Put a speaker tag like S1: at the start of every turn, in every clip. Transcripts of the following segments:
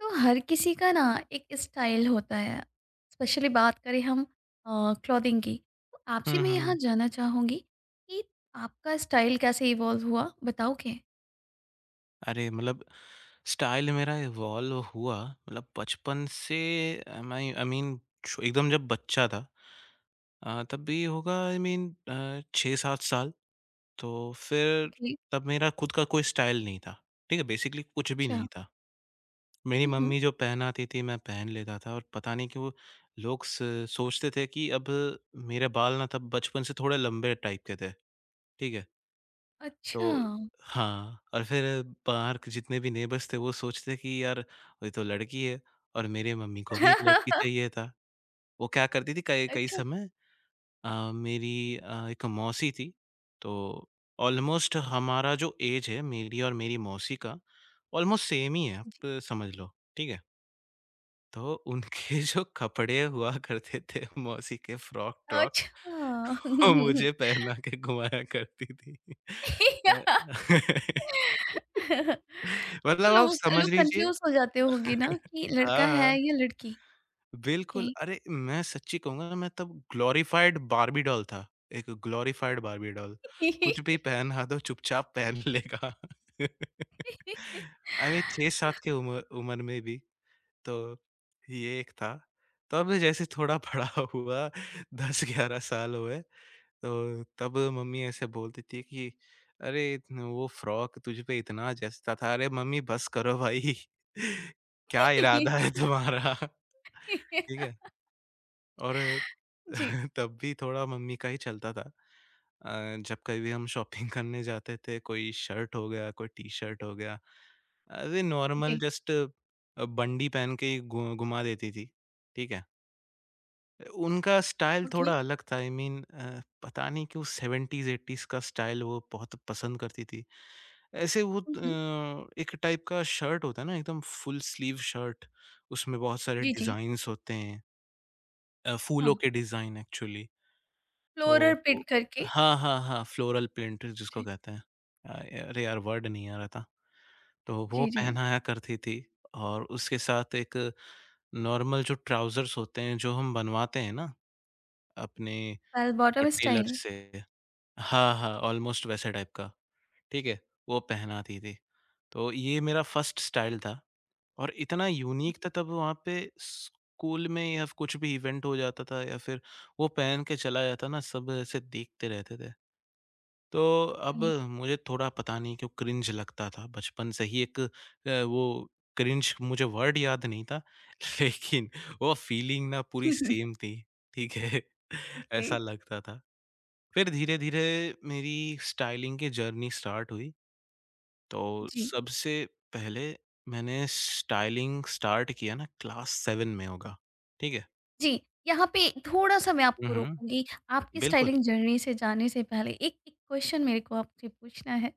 S1: तो हर किसी का ना एक स्टाइल होता है। स्पेशली बात करें हम क्लॉथिंग की, तो आपसे
S2: हुँ,
S1: मैं यहाँ
S2: हुँ।
S1: जानना चाहूँगी कि आपका स्टाइल कैसे इवॉल्व हुआ, बताओगे?
S2: अरे! मतलब स्टाइल मेरा इवॉल्व हुआ मतलब बचपन से मैं आई मीन छो एकदम जब बच्चा था तब भी होगा आई मीन 6-7 साल। तो फिर
S1: ओके।
S2: तब मेरा खुद का कोई स्टाइल नहीं था। ठीक है? बेसिकली कुछ भी
S1: अच्छा।
S2: नहीं था। मेरी
S1: हम्म।
S2: मम्मी जो पहनाती थी मैं पहन लेता था और पता नहीं क्यों लोग स सोचते थे कि अब मेरे बाल ना तब बचपन से थोड़े लंबे टाइप के थे। ठीक है?
S1: अच्छा।
S2: तो हाँ, और फिर बाहर के जितने भी नेबर्स थे वो सोचते कि यार ये तो लड़की है और मेरे मम्मी को भी एक लड़की चाहिए था। वो क्या करती थी कई कई
S1: अच्छा।
S2: समय मेरी एक मौसी थी, तो ऑलमोस्ट हमारा जो ऐज है मेरी और मेरी मौसी का ऑलमोस्ट सेम ही है आप समझ लो, ठीक है? तो उनके जो कपड़े हुआ करते थे मौसी के फ्रॉक-ट्रॉक
S1: अच्छा।
S2: वो मुझे पहना के घुमाया करती थी।
S1: अच्छा।
S2: अ
S1: तो
S2: मतलब आप
S1: लोग
S2: समझ
S1: लोग
S2: लीजिए।
S1: कंफ्यूज हो जाते होंगे ना कि लड़का
S2: हाँ, हाँ,
S1: है या लड़की? ओके।
S2: बिल्कुल। अरे, मैं सच्ची कहूँगा ना मैं तब ग्लोरीफाइड बार्बी डॉल था। एक ग्लोरीफाइड बार्बी डॉल। कुछ भी पहना दो चुपचाप पहन लेगा। आई मीन 6-7 की उम्र उम्र में भी, तो ये एक था। तब जैसे थोड़ा बड़ा हुआ 10-11 साल हुए तो तब मम्मी ऐसे बोल देती है कि अरे न वो फ्रॉक तुझ पे इतना जचता था। अरे मम्मी बस करो भाई। क्या इरादा है तुम्हारा? ठीक है? और
S1: जी जी
S2: तब भी थोड़ा मम्मी का ही चलता था। अ, जब कभी भी हम शॉपिंग करने जाते थे, कोई शर्ट हो गया, कोई टी-शर्ट हो गया। ऐसे नॉर्मल
S1: जी
S2: जस्ट बंडी पहन के ही घु घुमा देती थी। ठीक है? उनका स्टाइल
S1: ओके।
S2: थोड़ा अलग था आई मीन पता नहीं क्यों 70s 80s का स्टाइल वो बहुत पसंद करती थी। ऐसे वो
S1: हम्म,
S2: एक टाइप का शर्ट होता है ना एकदम फुल स्लीव शर्ट। उसमें बहुत सारे
S1: जी जी।
S2: डिज़ाइन्स होते हैं। फूलों
S1: हाँ।
S2: के डिज़ाइन एक्चुअली। तो
S1: फ़्लोरल
S2: ओ
S1: प्रिंट करके।
S2: हाँ, हाँ, हाँ, फ्लोरल प्रिंट जिसको
S1: जी,
S2: कहते हैं। अरे यार वर्ड नहीं आ रहा था। तो वो
S1: जी, जी।
S2: पहनाया करती थी और उसके साथ एक नॉर्मल जो ट्राउज़र्स होते हैं जो हम बनवाते हैं ना अपने
S1: बेल
S2: और
S1: बॉटम
S2: टेलर्स
S1: स्टाइल।
S2: से। हाँ, हाँ, ऑलमोस्ट वैसे टाइप का, ठीक है? वो पहनाती थी। तो ये मेरा फर्स्ट स्टाइल था और इतना यूनिक था तब वहाँ पे स्कूल में या कुछ भी इवेंट हो जाता था या फिर वो पहन के चला जाता ना सब ऐसे देखते रहते थे। तो अब
S1: जी।
S2: मुझे थोड़ा पता नहीं क्यों क्रिंज लगता था बचपन से ही एक वो क्रिंज मुझे वर्ड याद नहीं था लेकिन वो फीलिंग ना पूरी सेम थी, ठीक है?
S1: ओके।
S2: ऐसा लगता था। फिर धीरे-धीरे मेरी स्टाइलिंग की जर्नी स्टार्ट हुई। तो
S1: जी।
S2: सबसे पहले मैंने स्टाइलिंग स्टार्ट किया ना क्लास 7 में होगा, ठीक है?
S1: जी, यहाँ पे थोड़ा-सा मैं
S2: हुँ,
S1: आपको
S2: हुँ।
S1: रोकूँगी। आपकी
S2: बिल्कुल।
S1: स्टाइलिंग जर्नी से जाने से पहले एक एक क्वेश्चन मेरे को आपसे पूछना है।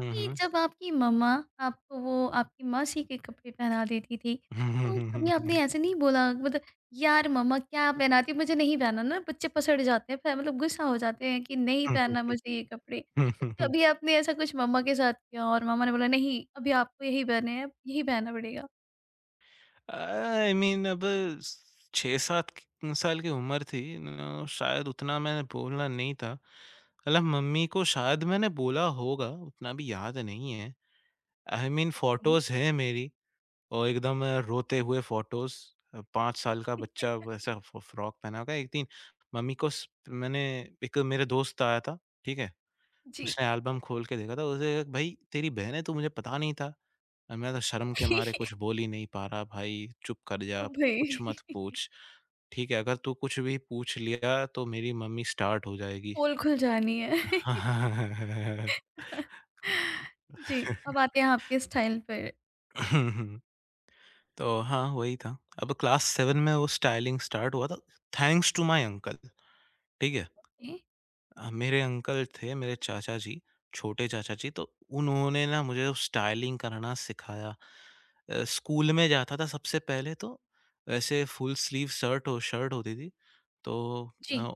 S2: हुँ,
S1: कि
S2: हुँ।
S1: जब आपकी मम्मा आपको वो आपकी मौसी के कपड़े पहना देती थी, तो कभी आपने ऐसे नहीं बोला, मतलब यार मम्मा क्या पहनाती, मुझे नहीं पहनना ना, बच्चे पसड़ जाते हैं, फ मतलब गुस्सा हो जाते हैं कि नहीं पहनना मुझे ये कपड़े। तो कभी आपने ऐसा कुछ मम्मा के साथ किया और मम्मा ने बोला नहीं अभी आपको यही पहनने हैं, यही पहनना पड़ेगा?
S2: आई मीन अब 6-7 साल की उम्र थी न शायद उतना मैंने बोलना नहीं था। मतलब मम्मी को शायद मैंने बोला होगा, उतना भी याद नहीं है। I mean
S1: hmm.
S2: फोटोज़ हैं मेरी और एकदम रोते हुए फोटोज़। 5 साल का बच्चा वैसा फ फ्रॉक पहना होगा। एक दिन मम्मी को स मैंने एक मेरा दोस्त आया था, ठीक है?
S1: जी।
S2: उसने एल्बम खोल के देखा था, उसे लगा भाई तेरी बहन है तो मुझे पता नहीं था। और मैं तो शर्म के मारे कुछ बोल ही नहीं पा रहा, भाई चुप कर
S1: ओ
S2: जा, कुछ मत
S1: भई!
S2: पूछ। ठीक है, अगर तू कुछ भी पूछ लिया तो मेरी मम्मी स्टार्ट हो जाएगी।
S1: पोल खुल जानी है। जी, अब आते हैं आपके स्टाइल पर।
S2: तो हाँ, वही था। अब क्लास 7 में वो स्टाइलिंग स्टार्ट हुआ था थैंक्स टू माय अंकल, ठीक है?
S1: ए?
S2: मेरे अंकल थे, मेरे चाचा जी, छोटे चाचा जी तो उन्होंने ना मुझे स्टाइलिंग करना सिखाया। स्कूल में जाता था सबसे पहले तो वैसे फुल स्लीव शर्ट और शर्ट होती थी तो
S1: जी।
S2: अ,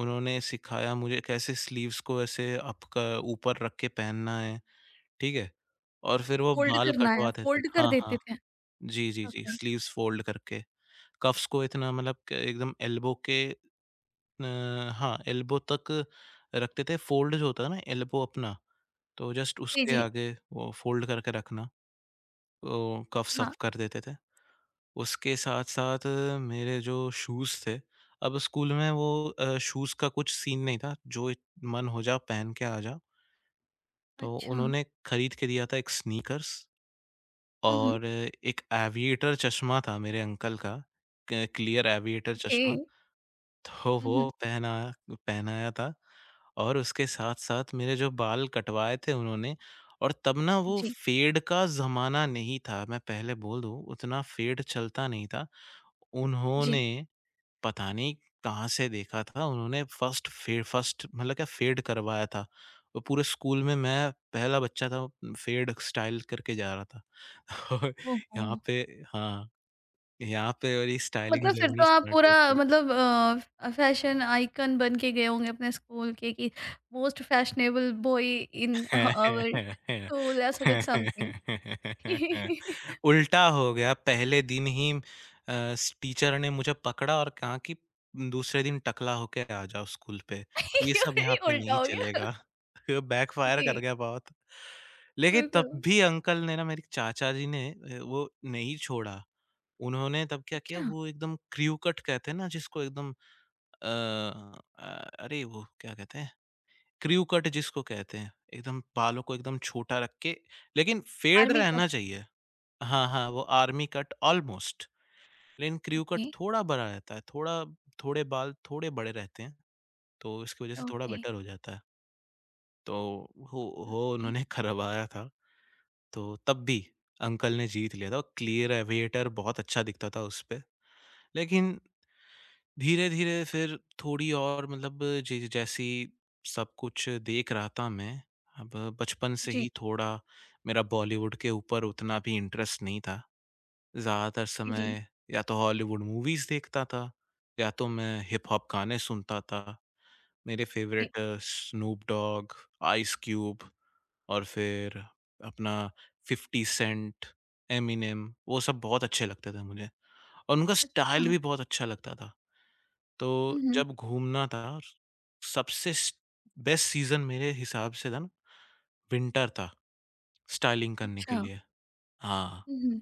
S2: उन्होंने सिखाया मुझे कैसे स्लीव्स को ऐसे अप क ऊपर रख के पहनना है, ठीक है? और फिर वो
S1: फ़ोल्ड
S2: बाल
S1: करना है,
S2: कटवाते थे।
S1: फ़ोल्ड कर
S2: हाँ,
S1: देते
S2: हाँ।
S1: थे।
S2: जी, जी, जी,
S1: ओके,
S2: स्लीव्स फ़ोल्ड करके। कफ्स को इतना मतलब क एकदम एल्बो के अ, हाँ, एल्बो तक रखते थे। फ़ोल्ड जो होता है ना एल्बो अपना, तो जस्ट
S1: जी,
S2: उसके
S1: जी।
S2: आगे वो फ़ोल्ड करके रखना, तो कफ्स
S1: हाँ,
S2: अप कर देते थे। उसके साथ-साथ मेरे जो शूज़ थे, अब स्कूल में वो शूज़ का कुछ सीन नहीं था, जो इ मन हो जा पहन के आ जा। तो
S1: अच्छा।
S2: उन्होंने खरीद के दिया था एक स्नीकर्स
S1: हुँ, हुँ,
S2: और एक एविएटर चश्मा था मेरे अंकल का, क क्लियर एविएटर
S1: ओके।
S2: चश्मा। तो
S1: हुँ, हुँ।
S2: वो पहनाया था और उसके साथ-साथ मेरे जो बाल कटवाए थे उन्होंने और तब ना वो
S1: जी,
S2: फेड का ज़माना नहीं था, मैं पहले बोल दूँ उतना फेड चलता नहीं था।
S1: जी।
S2: उन्होंने पता नहीं कहाँ से देखा था, उन्होंने फर्स्ट फे फर्स्ट मतलब क्या फेड करवाया था। और पूरे स्कूल में मैं पहला बच्चा था फेड स्टाइल करके जा रहा था। और
S1: ओहो!
S2: यहाँ पे हाँ, यहाँ पे मेरी स्टाइलिंग
S1: मतलब फिर
S2: जर्नी
S1: तो आप
S2: स्टार्ट
S1: पूरा,
S2: हुई थी।
S1: मतलब अ, फ फैशन आइकन बन के गए होंगे अपने स्कूल के कि मोस्ट फैशनेबल बॉय इन
S2: है, है,
S1: आवर
S2: है,
S1: स्कूल, ऐसा कुछ समथिंग।
S2: है, है। उल्टा हो गया पहले दिन ही स टीचर ने मुझे पकड़ा और कहा कि दूसरे दिन टकला होके आ जाओ स्कूल पे। ये सब यहाँ
S1: अरे!
S2: पे
S1: उल्टा
S2: नहीं
S1: हो गया।
S2: चलेगा। बैकफायर कर
S1: जी,
S2: गया बहुत। लेकिन तब
S1: बिल्कुल।
S2: भी अंकल ने ना मेरी चाचा जी ने वो नहीं छोड़ा। उन्होंने तब क्या किया
S1: अच्छा,
S2: वो एकदम क्रू कट कहते हैं ना जिसको एकदम अ अरे वो क्या कहते हैं? क्रू कट जिसको कहते हैं, एकदम बालों को एकदम छोटा रख के लेकिन फेड
S1: आर्मी
S2: रहना
S1: कट।
S2: चाहिए। हाँ, हाँ, वो आर्मी कट ऑलमोस्ट लेकिन क्रू
S1: ओके,
S2: कट थोड़ा बड़ा रहता है, थोड़ा थोड़े बाल थोड़े बड़े रहते हैं, तो इसकी वज़ह से थोड़ा
S1: ओके,
S2: बेटर हो जाता है। तो हो हो
S1: ओके।
S2: उन्होंने करवाया था, तो तब भी अंकल ने जीत लिया था और क्लियर एविएटर बहुत अच्छा दिखता था उसपे। लेकिन धीरे-धीरे फिर थोड़ी और मतलब जै जैसी सब कुछ देख रहा था मैं, अब बचपन से
S1: जी,
S2: ही थोड़ा मेरा बॉलीवुड के ऊपर उतना भी इंटरेस्ट नहीं था। ज़्यादातर
S1: जी, जी,
S2: समय या तो हॉलीवुड मूवीज़ देखता था, या तो मैं हिप हॉप गाने सुनता था। मेरे
S1: जी।
S2: Favourite Snoop Dogg, Ice Cube और फिर अपना 50 सेंट, एमिनेम वो सब बहुत अच्छे लगते थे मुझे और उनका
S1: अच्छा।
S2: स्टाइल भी बहुत अच्छा लगता था। तो
S1: हुँ, हुँ।
S2: जब घूमना था सबसे बेस्ट सीज़न मेरे हिसाब से था ना विंटर था स्टाइलिंग करने के
S1: अच्छा।
S2: लिए। हाँ,
S1: हुँ,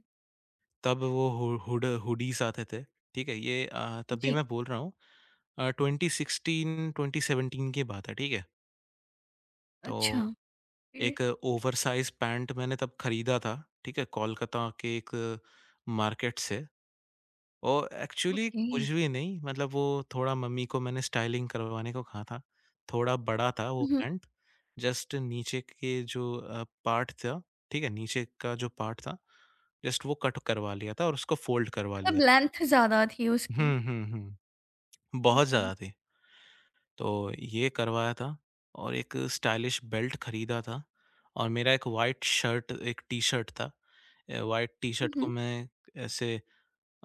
S2: तब वो हु हुड हुडीज़ आते थे, ठीक है? ये तभी
S1: जी।
S2: मैं बोल रहा हूँ 2016 2017 की बात है, ठीक है? तो
S1: अच्छा, फिर?
S2: एक ओवरसाइज़ पैंट मैंने तब खरीदा था, ठीक है? कोलकाता के एक मार्केट से। और एक्चुअली
S1: ओके।
S2: कुछ भी नहीं मतलब वो थोड़ा मम्मी को मैंने स्टाइलिंग करवाने को कहा था। थोड़ा बड़ा था वो
S1: हुँ,
S2: पैंट, जस्ट नीचे के जो पार्ट था, ठीक है? नीचे का जो पार्ट था, जस्ट वो कट करवा लिया था और उसको फ़ोल्ड करवा
S1: मतलब
S2: लिया था।
S1: लेंथ ज़्यादा थी उसकी।
S2: हुँ, हुँ, हुँ। बहुत
S1: ओके।
S2: ज़्यादा थी। तो ये करवाया था और एक स्टाइलिश बेल्ट खरीदा था और मेरा एक व्हाइट शर्ट एक टी-शर्ट था। व्हाइट टी-शर्ट को
S1: हुँ,
S2: मैं ऐसे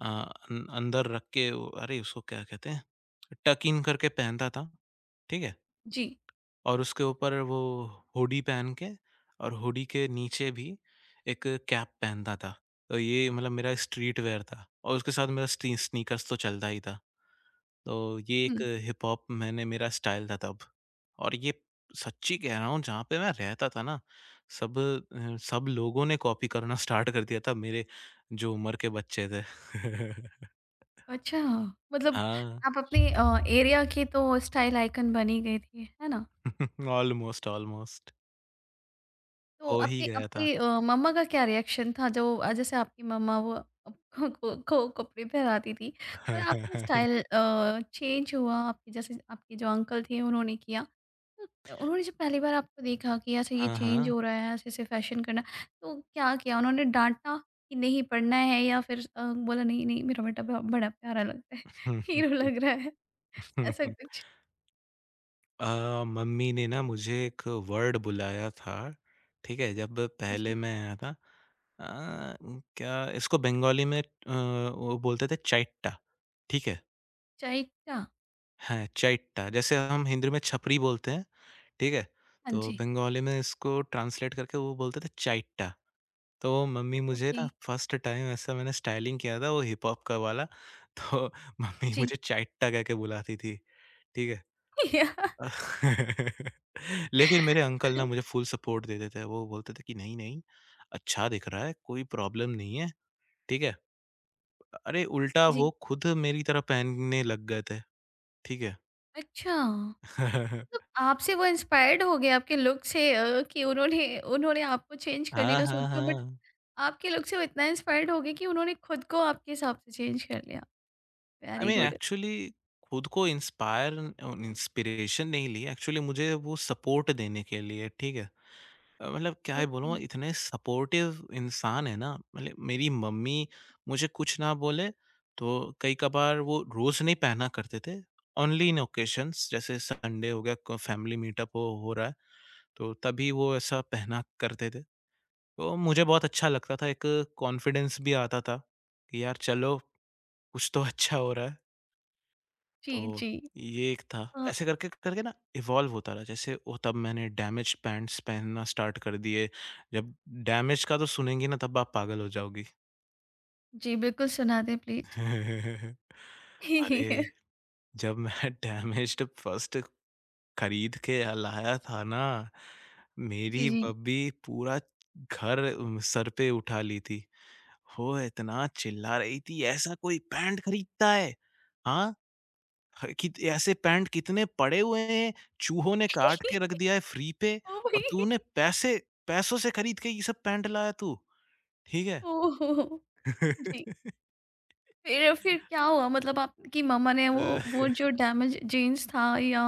S2: अ, अन अंदर रख के वो अरे! उसको क्या कहते हैं? टक इन करके पहनता था, ठीक है?
S1: जी।
S2: और उसके ऊपर वो हुडी पहन के और हुडी के नीचे भी एक कैप पहनता था। तो ये मतलब मेरा स्ट्रीट वियर था और उसके साथ मेरा स्टी स्नीकर्स तो चलता ही था। तो ये एक
S1: हुँ,
S2: हिप हॉप मैंने मेरा स्टाइल था तब। और ये सच्ची कह रहा हूँ जहाँ पे मैं रहता था ना, सब लोगों ने कॉपी करना स्टार्ट कर दिया था मेरे जो उम्र के बच्चे थे।
S1: अच्छा। मतलब
S2: हाँ।
S1: आप अपने एरिया की तो स्टाइल आइकन बन ही गई थी, है ना?
S2: ऑलमोस्ट, ऑलमोस्ट
S1: तो
S2: हो ही
S1: आपके
S2: गया था।
S1: आपके मम्मा का क्या रिएक्शन था, जो जैसे आपकी मम्मा वो आपको को कपड़े पहनाती थी और आपका स्टाइल चेंज हुआ, आपके जैसे आपके जो अंकल थे उन्होंने किया। उन्होंने जब पहली बार आपको देखा कि अच्छा ये
S2: हाँ,
S1: चेंज
S2: हाँ।
S1: हो रहा है, ऐसे-ऐसे फैशन करना, तो क्या किया? उन्होंने डाँटा कि नहीं पढ़ना है, या फिर बोला नहीं-नहीं मेरा बेटा ब बड़ा प्यारा लगता है, हीरो लग रहा है, ऐसा कुछ?
S2: मम्मी ने ना मुझे एक वर्ड बुलाया था, ठीक है? जब पहले
S1: जी।
S2: मैं आया था अ, क्या इसको बंगाली में वो बोलते थे चाइट्टा, ठीक है?
S1: चाइटा?
S2: हाँ, चाइट्टा जैसे हम हिंदी में छपरी बोलते हैं। ठीक है?
S1: हाँ
S2: तो
S1: जी,
S2: बंगाली में इसको ट्रांसलेट करके वो बोलते थे चाइट्टा। तो मम्मी मुझे
S1: ओके,
S2: ना फर्स्ट टाइम ऐसा मैंने स्टाइलिंग किया था वो हिप हॉप का वाला, तो मम्मी
S1: जी।
S2: मुझे चाइट्टा कह के बुलाती थी, ठीक है? लेकिन मेरे अंकल ना मुझे फुल सपोर्ट देते थे, वो बोलते थे कि नहीं-नहीं, अच्छा दिख रहा है, कोई प्रॉब्लम नहीं है, ठीक है? अरे उल्टा वो
S1: जी,
S2: खुद मेरी तरह पहनने लग गए थे, ठीक है?
S1: अच्छा, मतलब आपसे वो इंस्पायर्ड हो गए आपके लुक से, कि उन्होंने उन्होंने आपको चेंज करने
S2: हाँ,
S1: का
S2: हाँ,
S1: सोचा, बट
S2: हाँ।
S1: आपके लुक से वो इतना इंस्पायर्ड हो गए कि उन्होंने खुद को आपके हिसाब से चेंज कर लिया।
S2: I
S1: very
S2: mean
S1: good,
S2: actually खुद को इंस्पायर इंस्पिरेशन नहीं ली एक्चुअली मुझे वो सपोर्ट देने के लिए ठीक है। मतलब क्या ही
S1: ओके।
S2: बोलूँ इतने सपोर्टिव इंसान है ना मतलब मेरी मम्मी मुझे कुछ ना बोले तो कई कबार वो रोज़ नहीं पहना करते थे ओनली इन ओकेशंस जैसे संडे हो गया फैमिली मीटअप हो रहा है तो तभी वो ऐसा पहना करते थे तो मुझे बहुत अच्छा लगता था एक कॉन्फिडेंस भी आता था कि यार चलो कुछ तो अच्छा हो रहा है
S1: जी,
S2: तो
S1: जी।
S2: ये एक था।
S1: अ,
S2: ऐसे करके करके ना इवॉल्व होता रहा। जैसे वो तब मैंने डैमेज पैंट्स पहनना स्टार्ट कर दिए। जब डैमेज का तो सुनेंगी ना तब आप पागल हो जाओगी।
S1: जी, बिल्कुल सुना दें प्लीज़।
S2: अरे! जब मैं डैमेज्ड फर्स्ट खरीद के लाया था ना,
S1: जी,
S2: मेरी
S1: जी।
S2: बब्बी पूरा घर सर पे उठा ली थी। वो इतना चिल्ला रही थी, "ऐसा कोई पैंट खरीदता है? हाँ? ह कित ऐसे पैंट कितने पड़े हुए हैं, चूहों ने काट के रख दिया है फ्री पे
S1: ओ
S2: और तूने
S1: भाई!
S2: पैसे पैसों से खरीद के ये सब पैंट लाया तू, ठीक है?
S1: ओह हो, हो! जी। फिर क्या हुआ? मतलब आपकी मम्मा ने वो
S2: अ,
S1: वो जो डैमेज जीन्स था या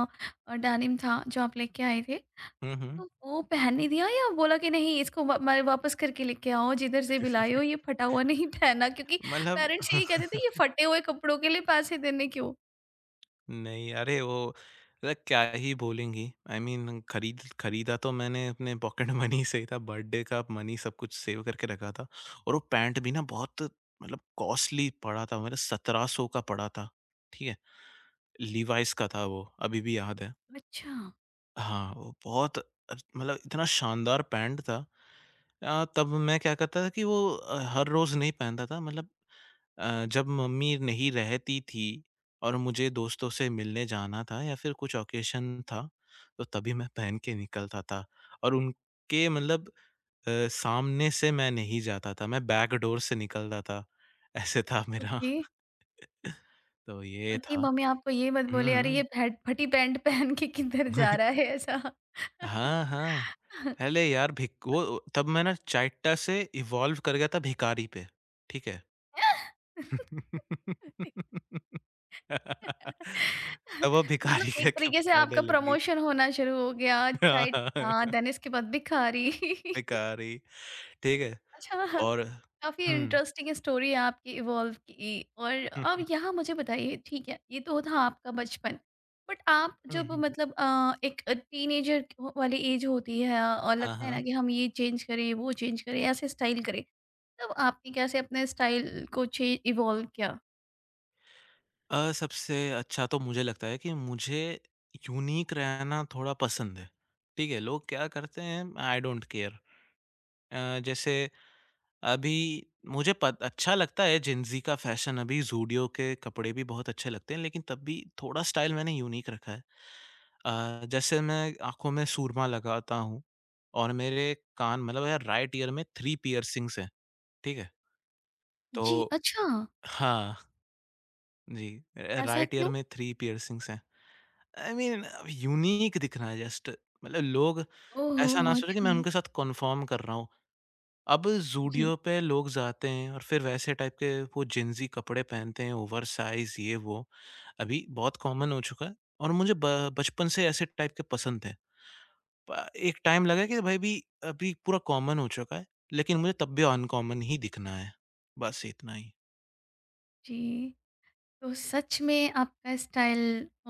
S1: डेनिम था जो आप लेके आए थे,
S2: हुँ, हुँ।
S1: तो वो पहनने दिया या बोला कि नहीं इसको वा मैं वापस करके लेके आओ, जिधर से भी लाए हो, ये फटा हुआ नहीं पहनना, क्योंकि
S2: मतलब
S1: पेरेंट्स यही कहते थे ये फटे हुए कपड़ों के लिए पैसे देने क्यों?
S2: नहीं, अरे वो मतलब क्या ही बोलेंगी। आई I मीन mean, खरीदा तो मैंने अपने पॉकेट मनी से ही था, बर्थडे का मनी सब कुछ सेव करके रखा था और वो पैंट भी ना बहुत मतलब कॉस्टली पड़ा था, मतलब 1700 का पड़ा था, ठीक है? लीवाइस का था वो, अभी भी याद है।
S1: अच्छा।
S2: हाँ, वो बहुत मतलब इतना शानदार पैंट था तब मैं क्या करता था कि वो हर रोज़ नहीं पहनता था मतलब जब मम्मी नहीं रहती थी और मुझे दोस्तों से मिलने जाना था या फिर कुछ ऑकेशन था, तो तभी मैं पहन के निकलता था और उनके मतलब सामने से मैं नहीं जाता था, मैं बैक डोर से निकलता था, ऐसे था मेरा।
S1: ओके।
S2: तो ये
S1: कि
S2: था।
S1: मम्मी आपको ये मत
S2: हुँ,
S1: बोले अरे ये
S2: हुँ।
S1: फैट फटी पैंट पहन के किधर जा रहा है, ऐसा।
S2: हाँ, हाँ। पहले यार भिक वो तब मैं ना चाइट्टा से इवॉल्व कर गया था भिखारी पे, ठीक है? तब वो
S1: मतलब
S2: भिखारी
S1: एक
S2: कह के
S1: तरीके से
S2: पुकारने
S1: आपका
S2: लगी।
S1: प्रमोशन होना शुरू हो गया,
S2: हाँ,
S1: चाय।
S2: हाँ,
S1: हाँ, देन इसके बाद भिखारी।
S2: भिखारी, ठीक है?
S1: अच्छा,
S2: और
S1: काफ़ी
S2: हुँ।
S1: इंटरेस्टिंग स्टोरी है आपकी इवॉल्व की। और
S2: हुँ,
S1: अब यहाँ मुझे बताइए, ठीक है, ये तो था आपका बचपन। बट आप जब
S2: हुँ।
S1: मतलब एक टीनेजर वाली एज होती है और
S2: हाँ,
S1: लगता है ना
S2: हाँ।
S1: कि हम ये चेंज करें, वो चेंज करें, ऐसे स्टाइल करें, तब आपने कैसे अपने स्टाइल को चे इवॉल्व किया?
S2: सबसे अच्छा तो मुझे लगता है कि मुझे यूनिक रहना थोड़ा पसंद है, ठीक है? लोग क्या करते हैं आई डोंट केयर। जैसे अभी मुझे पत अच्छा लगता है जेनज़ी का फ़ैशन अभी ज़ूडियो के कपड़े भी बहुत अच्छे लगते हैं, लेकिन तब भी थोड़ा स्टाइल मैंने यूनिक रखा है। जैसे मैं आँखों में सूरमा लगाता हूँ और मेरे कान मतलब मेरा राइट ईयर में 3 पियर्सिंग्स हैं, ठीक है?
S1: जी,
S2: तो
S1: अच्छा,
S2: हाँ, जी।
S1: ऐसा
S2: राइट ईयर
S1: क्यों?
S2: में 3 पियर्सिंग्स हैं। आई मीन यूनिक दिखना है जस्ट मतलब लोग
S1: ओह
S2: ऐसा
S1: हो!
S2: ना सोचे कि मैं
S1: अच्छा,
S2: उनके साथ कन्फर्म कर रहा हूँ। अब
S1: जी,
S2: ज़ूडियो पे लोग जाते हैं और फिर वैसे टाइप के वो जिन्सी कपड़े पहनते हैं, ओवरसाइज़ ये वो। अभी बहुत कॉमन हो चुका है और मुझे ब बचपन से ऐसे टाइप के पसंद थे। प एक टाइम लगा कि भाई भी अभी पूरा कॉमन हो चुका है, लेकिन मुझे तब भी अनकॉमन ही दिखना है। बस इतना ही।
S1: जी। तो सच में आपका स्टाइल, अ,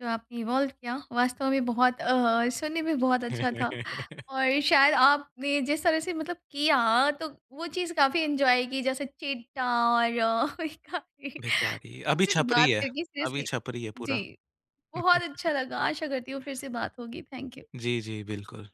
S1: जो आपने इवॉल्व किया, वास्तव में बहुत, अ, सुनने में बहुत अच्छा था और शायद आपने जिस तरह से मतलब किया, तो वो चीज़ काफ़ी एंजॉय की, जैसे चींटा और काफ़ी
S2: बेकार ही
S1: आपसे बात करके
S2: अभी
S1: सीरियसली
S2: छपरी है पूरा।
S1: जी बहुत अच्छा लगा। आशा करती हूँ फिर से बात होगी। Thank you.
S2: जी, जी, बिल्कुल।